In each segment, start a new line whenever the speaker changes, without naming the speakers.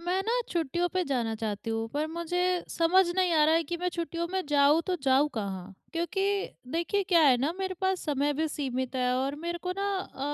मैं ना छुट्टियों पे जाना चाहती हूँ पर मुझे समझ नहीं आ रहा है कि मैं छुट्टियों में जाऊँ तो जाऊँ कहाँ, क्योंकि देखिए क्या है ना, मेरे पास समय भी सीमित है और मेरे को ना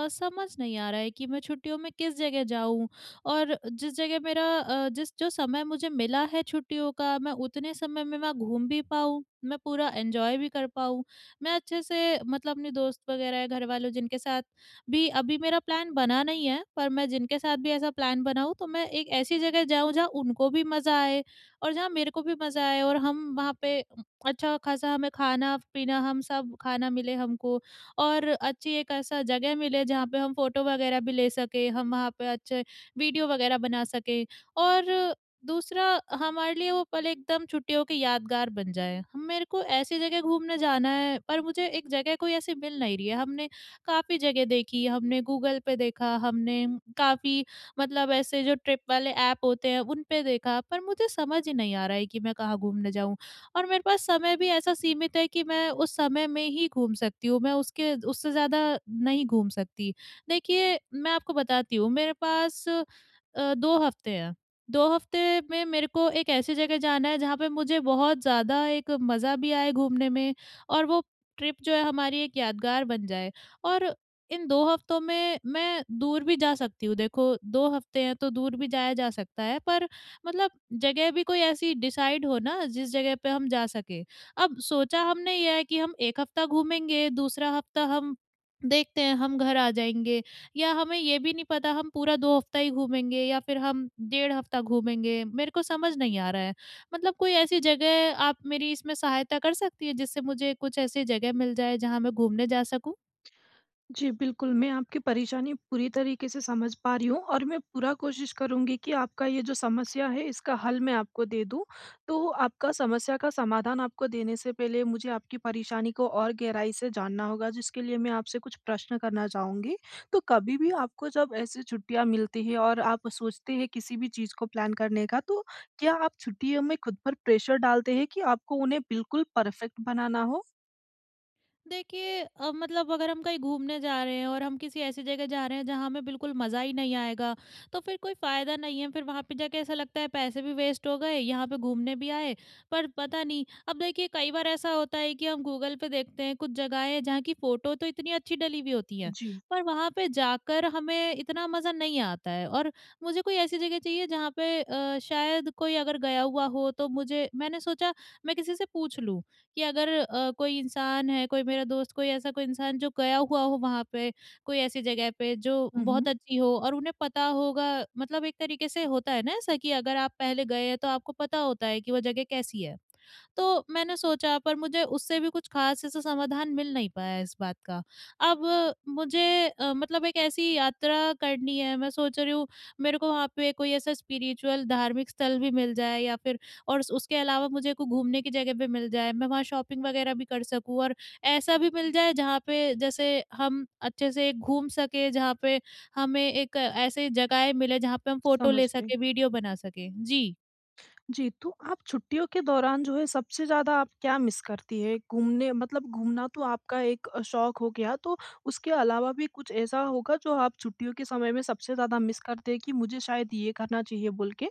समझ नहीं आ रहा है कि मैं छुट्टियों में किस जगह जाऊँ, और जिस जगह मेरा जिस जो समय मुझे मिला है छुट्टियों का, मैं उतने समय में मैं घूम भी पाऊँ, मैं पूरा एंजॉय भी कर पाऊँ। मैं अच्छे से मतलब अपने दोस्त वगैरह घर वालों जिनके साथ भी अभी मेरा प्लान बना नहीं है, पर मैं जिनके साथ भी ऐसा प्लान बनाऊँ तो मैं एक ऐसी जगह जाऊँ जहाँ उनको भी मज़ा आए और जहाँ मेरे को भी मज़ा आए, और हम वहाँ पे अच्छा-खासा हमें खाना-पीना, हम सब खाना मिले हमको, और अच्छी एक ऐसा जगह मिले जहाँ पे हम फ़ोटो वगैरह भी ले सकें, हम वहाँ पे अच्छे वीडियो वगैरह बना सकें, और दूसरा, हमारे लिए वो पल एकदम छुट्टियों की यादगार बन जाए। हम मेरे को ऐसी जगह घूमने जाना है पर मुझे एक जगह कोई ऐसी मिल नहीं रही है। हमने काफ़ी जगह देखी है, हमने गूगल पे देखा, हमने काफ़ी मतलब ऐसे जो ट्रिप वाले ऐप होते हैं उन पे देखा, पर मुझे समझ ही नहीं आ रहा है कि मैं कहाँ घूमने जाऊँ। और मेरे पास समय भी ऐसा सीमित है कि मैं उस समय में ही घूम सकती हूँ, मैं उसके उससे ज़्यादा नहीं घूम सकती। देखिए, मैं आपको बताती हूँ मेरे पास 2 हफ़्ते हैं। 2 हफ़्ते में मेरे को एक ऐसी जगह जाना है जहाँ पे मुझे बहुत ज़्यादा एक मज़ा भी आए घूमने में, और वो ट्रिप जो है हमारी एक यादगार बन जाए। और इन 2 हफ्तों में मैं दूर भी जा सकती हूँ, देखो 2 हफ्ते हैं तो दूर भी जाया जा सकता है, पर मतलब जगह भी कोई ऐसी डिसाइड हो ना जिस जगह पे हम जा सकें। अब सोचा हमने ये है कि हम 1 हफ्ता घूमेंगे, दूसरा हफ्ता हम देखते हैं हम घर आ जाएँगे, या हमें ये भी नहीं पता हम पूरा 2 हफ्ता ही घूमेंगे या फिर हम डेढ़ हफ्ता घूमेंगे, मेरे को समझ नहीं आ रहा है। मतलब कोई ऐसी जगह आप मेरी इसमें सहायता कर सकती है जिससे मुझे कुछ ऐसी जगह मिल जाए जहाँ मैं घूमने जा सकूँ?
जी, बिल्कुल, मैं आपकी परेशानी पूरी तरीके से समझ पा रही हूँ और मैं पूरा कोशिश करूँगी कि आपका ये जो समस्या है, इसका हल मैं आपको दे दूँ। तो आपका समस्या का समाधान आपको देने से पहले मुझे आपकी परेशानी को और गहराई से जानना होगा, जिसके लिए मैं आपसे कुछ प्रश्न करना चाहूँगी। तो कभी भी आपको जब ऐसी छुट्टियाँ मिलती हैं और आप सोचते हैं किसी भी चीज़ को प्लान करने का, तो क्या आप छुट्टियों में खुद पर प्रेशर डालते हैं कि आपको उन्हें बिल्कुल परफेक्ट बनाना हो?
देखिए अब मतलब अगर हम कहीं घूमने जा रहे हैं और हम किसी ऐसी जगह जा रहे हैं जहाँ हमें बिल्कुल मज़ा ही नहीं आएगा, तो फिर कोई फ़ायदा नहीं है, फिर वहाँ पे जाके ऐसा लगता है पैसे भी वेस्ट हो गए, यहाँ पे घूमने भी आए। पर पता नहीं, अब देखिए कई बार ऐसा होता है कि हम गूगल पे देखते हैं कुछ जगहें हैं जहाँ की फ़ोटो तो इतनी अच्छी डली हुई होती हैं,
जी।
पर वहाँ पे जाकर हमें इतना मज़ा नहीं आता है। और मुझे कोई ऐसी जगह चाहिए जहाँ पे शायद कोई अगर गया हुआ हो तो मुझे मैंने सोचा मैं किसी से पूछ लूँ कि अगर कोई इंसान है, कोई मेरा दोस्त, कोई ऐसा कोई इंसान जो गया हुआ हो वहाँ पे, कोई ऐसी जगह पे जो
हुँ, हुँ।
बहुत अच्छी हो और उन्हें पता होगा मतलब एक तरीके से होता है ना ऐसा कि अगर आप पहले गए हैं तो आपको पता होता है कि वो जगह कैसी है। तो मैंने सोचा, पर मुझे उससे भी कुछ ख़ास ऐसा समाधान मिल नहीं पाया इस बात का। अब मुझे मतलब एक ऐसी यात्रा करनी है, मैं सोच रही हूँ मेरे को वहाँ पे कोई ऐसा स्पिरिचुअल धार्मिक स्थल भी मिल जाए या फिर, और उस उसके अलावा मुझे को घूमने की जगह भी मिल जाए, मैं वहाँ शॉपिंग वगैरह भी कर सकूँ, और ऐसा भी मिल जाए जहाँ पे जैसे हम अच्छे से घूम सकें, जहाँ पे हमें एक ऐसी जगहें मिले जहाँ पे हम फ़ोटो
समझ
ले
गई।
सकें, वीडियो बना सकें। जी।
जी, तो आप छुट्टियों के दौरान जो है सबसे ज़्यादा आप क्या मिस करती हैं? घूमने मतलब घूमना तो आपका एक शौक हो गया, तो उसके अलावा भी कुछ ऐसा होगा जो आप छुट्टियों के समय में सबसे ज़्यादा मिस करते हैं कि मुझे शायद ये करना चाहिए बोल के?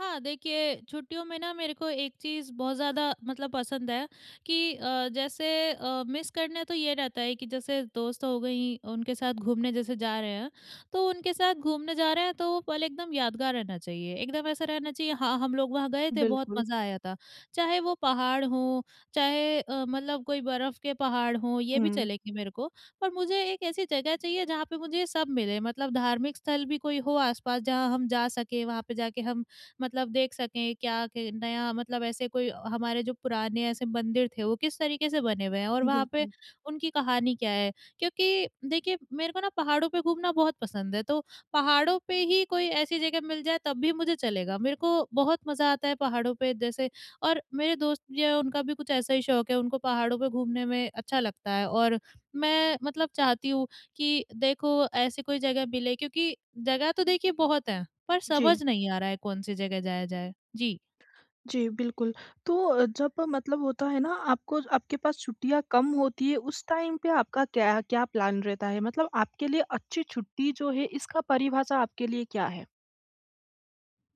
हाँ, देखिए छुट्टियों में ना मेरे को एक चीज़ बहुत ज़्यादा मतलब पसंद है कि जैसे मिस करने तो ये रहता है कि जैसे दोस्त हो गई उनके साथ घूमने जैसे जा रहे हैं, तो उनके साथ घूमने जा रहे हैं तो वो पल एकदम यादगार रहना चाहिए। एकदम ऐसा रहना चाहिए, हाँ, हम लोग वहाँ गए थे बहुत
बिल्कुल।
मज़ा आया था। चाहे वो पहाड़ हों, चाहे मतलब कोई बर्फ़ के पहाड़ हों, ये भी
हुँ,
चलेंगे मेरे को। पर मुझे एक ऐसी जगह चाहिए जहाँ पे मुझे सब मिले मतलब धार्मिक स्थल भी कोई हो आस-पास जहाँ हम जा सकें, वहाँ पे जाके हम मतलब देख सकें क्या के नया, मतलब ऐसे कोई हमारे जो पुराने ऐसे मंदिर थे वो किस तरीके से बने हुए हैं और वहाँ पे
बिल्कुल।
उनकी कहानी क्या है। क्योंकि देखिए मेरे को ना पहाड़ों पे घूमना बहुत पसंद है, तो पहाड़ों पे ही कोई ऐसी जगह मिल जाए तब भी मुझे चलेगा। मेरे को बहुत मज़ा आता है पहाड़ों पे जैसे, और मेरे दोस्त जो है उनका भी कुछ ऐसा ही शौक है, उनको पहाड़ों पे घूमने में अच्छा लगता है और मैं मतलब चाहती हूँ कि देखो, ऐसी कोई जगह मिले, क्योंकि जगह तो देखिए बहुत हैं। पर
जी,
समझ नहीं आ रहा है कौन सी जगह जाया जाए। जी।
जी, बिल्कुल। तो जब मतलब होता है ना, आपको आपके पास छुट्टियाँ कम होती है, उस टाइम पे आपका क्या क्या प्लान रहता है? मतलब आपके लिए अच्छी छुट्टी जो है, इसका परिभाषा आपके लिए क्या है?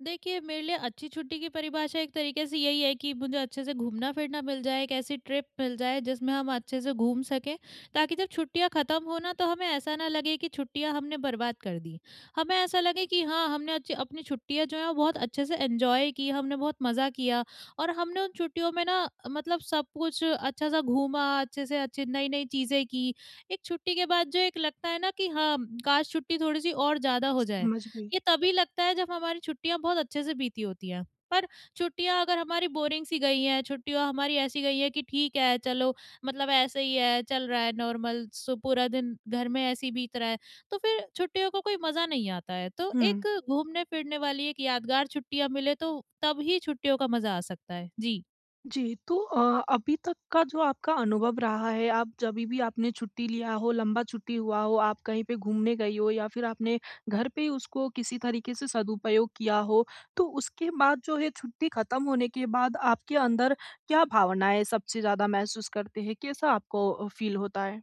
देखिए, मेरे लिए अच्छी छुट्टी की परिभाषा एक तरीके से यही है कि मुझे अच्छे से घूमना-फिरना मिल जाए, एक ऐसी ट्रिप मिल जाए जिसमें हम अच्छे से घूम सकें, ताकि जब छुट्टियाँ ख़त्म हो ना तो हमें ऐसा ना लगे कि छुट्टियाँ हमने बर्बाद कर दी। हमें ऐसा लगे कि हाँ, हमने अच्छी अपनी छुट्टियाँ जो हैं वो बहुत अच्छे से एन्जॉय की, हमने बहुत मज़ा किया, और हमने उन छुट्टियों में ना मतलब सब कुछ अच्छा-सा घूमा, अच्छे से अच्छी नई-नई चीज़ें की। एक छुट्टी के बाद जो एक लगता है ना कि हाँ, काश छुट्टी थोड़ी-सी और ज़्यादा हो जाए।
समझ गई।
ये तभी लगता है जब हमारी छुट्टियाँ बहुत अच्छे से बीती होती हैं। पर छुट्टियाँ अगर हमारी बोरिंग सी गई हैं, छुट्टियाँ हमारी ऐसी गई हैं कि ठीक है चलो मतलब ऐसे ही है, चल रहा है नॉर्मल सो पूरा दिन घर में ऐसे ही बीत रहा है, तो फिर छुट्टियों का कोई मज़ा नहीं आता है। तो
हुँ।
एक घूमने-फिरने वाली एक यादगार छुट्टियाँ मिले तो तब ही छुट्टियों का मज़ा आ सकता है। जी।
जी, तो अभी तक का जो आपका अनुभव रहा है, आप जभी भी आपने छुट्टी लिया हो, लंबा छुट्टी हुआ हो, आप कहीं पे घूमने गई हो या फिर आपने घर पे ही उसको किसी तरीके से सदुपयोग किया हो, तो उसके बाद जो है छुट्टी खत्म होने के बाद आपके अंदर क्या भावनाएँ सबसे ज़्यादा महसूस करते हैं? कैसा आपको फ़ील होता है?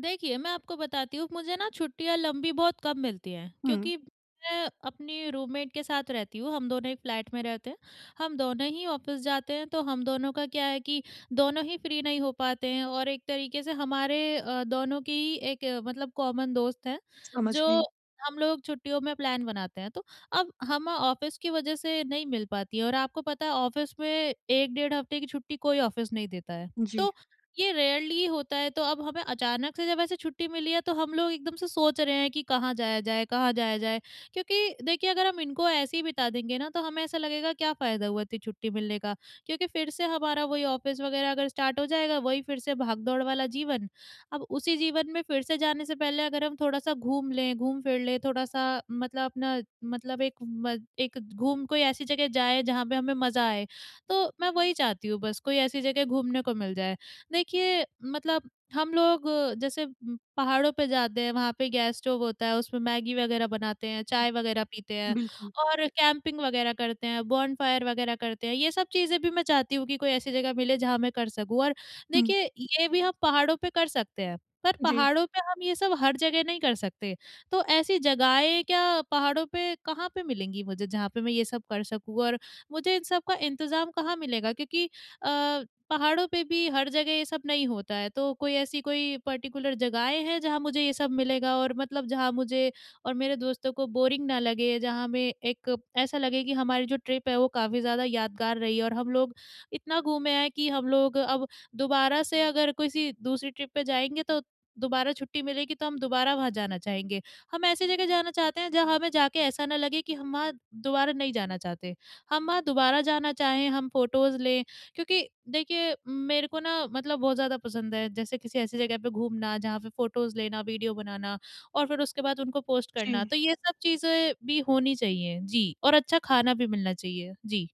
देखिए, मैं आपको बताती हूँ, मुझे ना छुट्टियाँ लंबी बहुत कम मिलती हैं,
हुँ,
क्योंकि मैं अपनी रूममेट के साथ रहती हूँ, हम दोनों एक फ्लैट में रहते हैं। हम दोनों ही ऑफ़िस जाते हैं, तो हम दोनों का क्या है कि दोनों ही फ्री नहीं हो पाते हैं, और एक तरीके से हमारे दोनों की ही एक मतलब कॉमन दोस्त है,
समझ
जो
गई।
हम लोग छुट्टियों में प्लान बनाते हैं। तो अब हम ऑफ़िस की वज़ह से नहीं मिल पाती है, और आपको पता है ऑफ़िस में 1 डेढ़ हफ़्ते की छुट्टी कोई ऑफ़िस नहीं देता है।
जी,
तो ये रेयरली होता है, तो अब हमें अचानक से जब ऐसे छुट्टी मिली है तो हम लोग एकदम से सोच रहे हैं कि कहाँ जाया जाए कहाँ जाया जाए, क्योंकि देखिए अगर हम इनको ऐसे ही बिता देंगे ना तो हमें ऐसा लगेगा क्या फ़ायदा हुआ इतनी छुट्टी मिलने का, क्योंकि फिर से हमारा वही ऑफिस वगैरह अगर स्टार्ट हो जाएगा वही फिर से भाग दौड़ वाला जीवन। अब उसी जीवन में फिर से जाने से पहले अगर हम थोड़ा सा घूम लें घूम फिर लें थोड़ा सा मतलब अपना मतलब एक एक घूम कोई ऐसी जगह जाए जहाँ पे हमें मज़ा आए, तो मैं वही चाहती हूँ बस कोई ऐसी जगह घूमने को मिल जाए। देखिए मतलब हम लोग जैसे पहाड़ों पे जाते हैं वहाँ पे गैस स्टोव होता है उसमें मैगी वगैरह बनाते हैं चाय वगैरह पीते हैं,
बिल्कुल।
और कैंपिंग वगैरह करते हैं बॉनफायर वगैरह करते हैं, ये सब चीज़ें भी मैं चाहती हूँ कि कोई ऐसी जगह मिले जहाँ मैं कर सकूँ। और
हुँ,
देखिए ये भी हम पहाड़ों पे कर सकते हैं, पर
जी,
पहाड़ों पे हम ये सब हर जगह नहीं कर सकते, तो ऐसी जगहें क्या पहाड़ों पे कहाँ पे मिलेंगी मुझे जहाँ पे मैं ये सब कर सकूँ, और मुझे इन सब का इंतजाम कहाँ मिलेगा, क्योंकि अ, पहाड़ों पे भी हर जगह ये सब नहीं होता है, तो कोई ऐसी कोई पर्टिकुलर जगहें हैं जहाँ मुझे ये सब मिलेगा और मतलब जहाँ मुझे और मेरे दोस्तों को बोरिंग ना लगे, जहाँ हमें एक ऐसा लगे कि हमारी जो ट्रिप है वो काफ़ी ज़्यादा यादगार रही है और हम लोग इतना घूमे हैं कि हम लोग अब दोबारा से अगर किसी दूसरी ट्रिप पे जाएँगे तो दोबारा छुट्टी मिलेगी तो हम दोबारा वहाँ जाना चाहेंगे। हम ऐसी जगह जाना चाहते हैं जहाँ हमें जाके ऐसा ना लगे कि हम वहाँ दोबारा नहीं जाना चाहते। हम वहाँ दोबारा जाना चाहें, हम फ़ोटोज़ लें, क्योंकि देखिए मेरे को ना मतलब बहुत ज़्यादा पसंद है जैसे किसी ऐसी जगह पे घूमना जहाँ पे फोटोज़ लेना, वीडियो बनाना और फिर उसके बाद उनको पोस्ट
जी।
करना। तो ये सब चीज़ें भी होनी चाहिए। जी, और अच्छा खाना भी मिलना चाहिए। जी।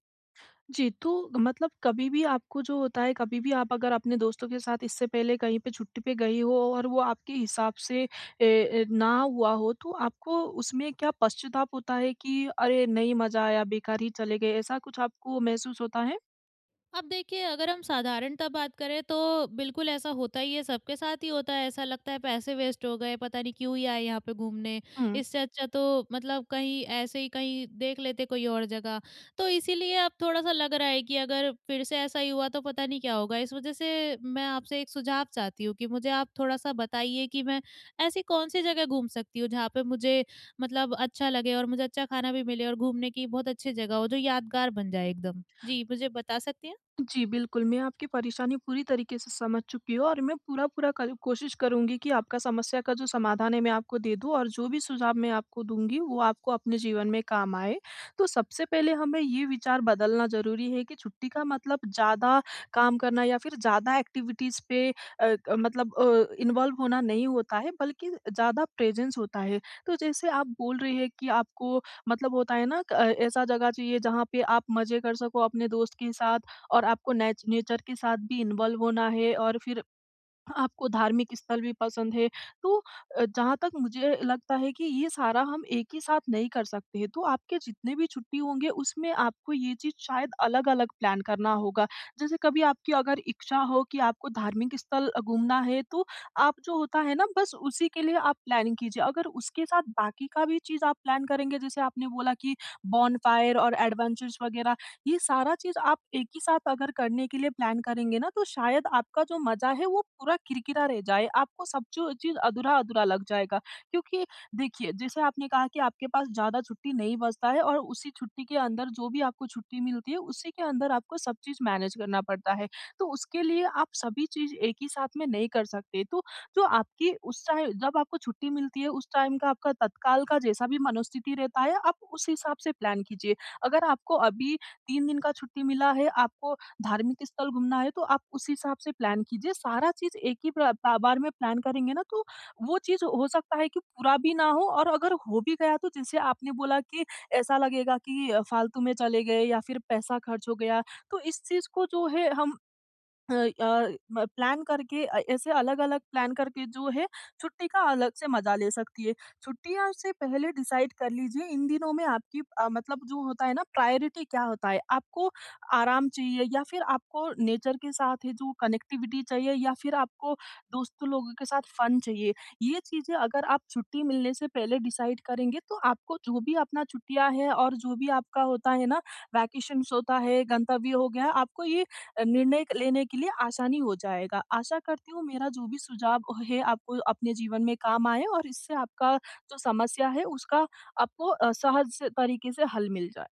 जी, तो मतलब कभी भी आपको जो होता है, कभी भी आप अगर अपने दोस्तों के साथ इससे पहले कहीं पे छुट्टी पे गई हो और वो आपके हिसाब से ए, ए, ना हुआ हो, तो आपको उसमें क्या पश्चाताप होता है कि अरे! नहीं मज़ा आया, बेकार ही चले गए, ऐसा कुछ आपको महसूस होता
अब देखिए अगर हम साधारणतः बात करें तो बिल्कुल ऐसा होता ही है, सबके साथ ही होता है, ऐसा लगता है पैसे वेस्ट हो गए, पता नहीं क्यों ही आए यहाँ पे घूमने,
है?
इससे अच्छा तो मतलब कहीं ऐसे ही कहीं देख लेते कोई और जगह। तो इसीलिए अब थोड़ा सा लग रहा है कि अगर फिर से ऐसा ही हुआ तो पता नहीं क्या होगा, इस वजह से मैं आपसे एक सुझाव चाहती हूँ कि मुझे आप थोड़ा सा बताइए कि मैं ऐसी कौन सी जगह घूम सकती हूँ जहाँ पे मुझे मतलब अच्छा लगे और मुझे अच्छा खाना भी मिले और घूमने की बहुत अच्छी जगह हो जो यादगार बन जाए एकदम, जी मुझे बता सकती हैं?
जी, बिल्कुल, मैं आपकी परेशानी पूरी तरीके से समझ चुकी हूँ और मैं पूरा-पूरा कर कोशिश करूँगी कि आपका समस्या का जो समाधान है, मैं आपको दे दूँ, और जो भी सुझाव मैं आपको दूँगी, वो आपको अपने जीवन में काम आए। तो सबसे पहले हमें ये विचार बदलना ज़रूरी है कि छुट्टी का मतलब ज़्यादा काम करना या फिर ज़्यादा एक्टिविटीज़ पे मतलब इन्वॉल्व होना नहीं होता है, बल्कि ज़्यादा प्रेज़ेंस होता है। तो जैसे आप बोल रहे हैं कि आपको मतलब होता है ना, क ऐसा जगह चाहिए जहाँ पे आप मज़े कर सको अपने दोस्त के साथ, और आपको नेचर के साथ भी इन्वॉल्व होना है और फिर आपको धार्मिक स्थल भी पसंद है। तो जहाँ तक मुझे लगता है कि ये सारा हम एक ही साथ नहीं कर सकते हैं, तो आपके जितने भी छुट्टी होंगे उसमें आपको ये चीज़ शायद अलग-अलग प्लान करना होगा। जैसे कभी आपकी अगर इच्छा हो कि आपको धार्मिक स्थल घूमना है, तो आप जो होता है ना, बस उसी के लिए आप प्लानिंग कीजिए। अगर उसके साथ बाकी का भी चीज़ आप प्लान करेंगे, जैसे आपने बोला कि बॉनफायर और एडवेंचर्स वगैरह, ये सारा चीज़ आप एक ही साथ अगर करने के लिए प्लान करेंगे ना, तो शायद आपका जो मज़ा है वो पूरा किरकिरा रह जाए, आपको सब जो चीज़ अधूरा-अधूरा लग जाएगा। क्योंकि देखिए, जैसे आपने कहा कि आपके पास ज़्यादा छुट्टी नहीं बचता है, और उसी छुट्टी के अंदर जो भी आपको छुट्टी मिलती है, उसी के अंदर आपको सब चीज़ मैनेज करना पड़ता है। तो उसके लिए आप सभी चीज़ एक ही साथ में नहीं कर सकते। तो जो आपकी उस टाइम जब आपको छुट्टी मिलती है, उस टाइम का आपका तत्काल का जैसा भी मनोस्थिति रहता है, आप उस हिसाब से प्लान कीजिए। अगर आपको अभी 3 दिन का छुट्टी मिला है, आपको धार्मिक स्थल घूमना है, तो आप उस हिसाब से प्लान कीजिए। सारा चीज़ एक ही प्र बा बार में प्लान करेंगे ना, तो वो चीज़ हो सकता है कि पूरा भी ना हो, और अगर हो भी गया, तो जैसे आपने बोला कि ऐसा लगेगा कि फालतू में चले गए या फिर पैसा खर्च हो गया। तो इस चीज़ को जो है हम अ अ, म प्लान करके ऐसे अलग-अलग प्लान करके जो है छुट्टी का अलग से मज़ा ले सकती है। छुट्टियाँ से पहले डिसाइड कर लीजिए इन दिनों में आपकी मतलब जो होता है ना, प्रायोरिटी क्या होता है? आपको आराम चाहिए, या फिर आपको नेचर के साथ है जो कनेक्टिविटी चाहिए, या फिर आपको दोस्तों लोगों के साथ फन चाहिए। ये चीज़ें अगर आप छुट्टी मिलने से पहले डिसाइड करेंगे, तो आपको जो भी अपना छुट्टियाँ है और जो भी आपका होता है ना, वैकेशंस होता है, गंतव्य हो गया, आपको ये निर्णय क लेने के लिए आसानी हो जाएगा। आशा करती हूँ मेरा जो भी सुझाव है, आपको अपने जीवन में काम आए, और इससे आपका जो समस्या है, उसका आपको तरीके से हल मिल जाए।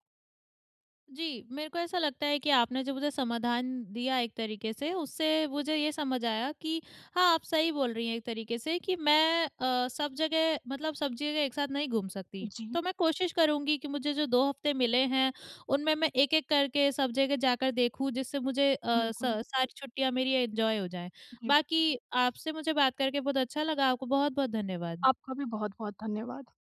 जी, मेरे को ऐसा लगता है कि आपने जो मुझे समाधान दिया एक तरीके से, उससे मुझे ये समझ आया कि हाँ, आप सही बोल रही हैं एक तरीके से कि मैं सब जगह मतलब सब जगह एक साथ नहीं घूम सकती।
जी,
तो मैं कोशिश करूँगी कि मुझे जो 2 हफ़्ते मिले हैं, उनमें मैं एक-एक करके सब जगह जाकर देखूँ, जिससे मुझे अ, स
बिल्कुल।
सारी छुट्टियाँ मेरी एन्जॉय हो जाएँ।
जी,
बाकी आपसे मुझे बात करके बहुत अच्छा लगा। आपको बहुत-बहुत धन्यवाद।
आपका भी बहुत-बहुत धन्यवाद।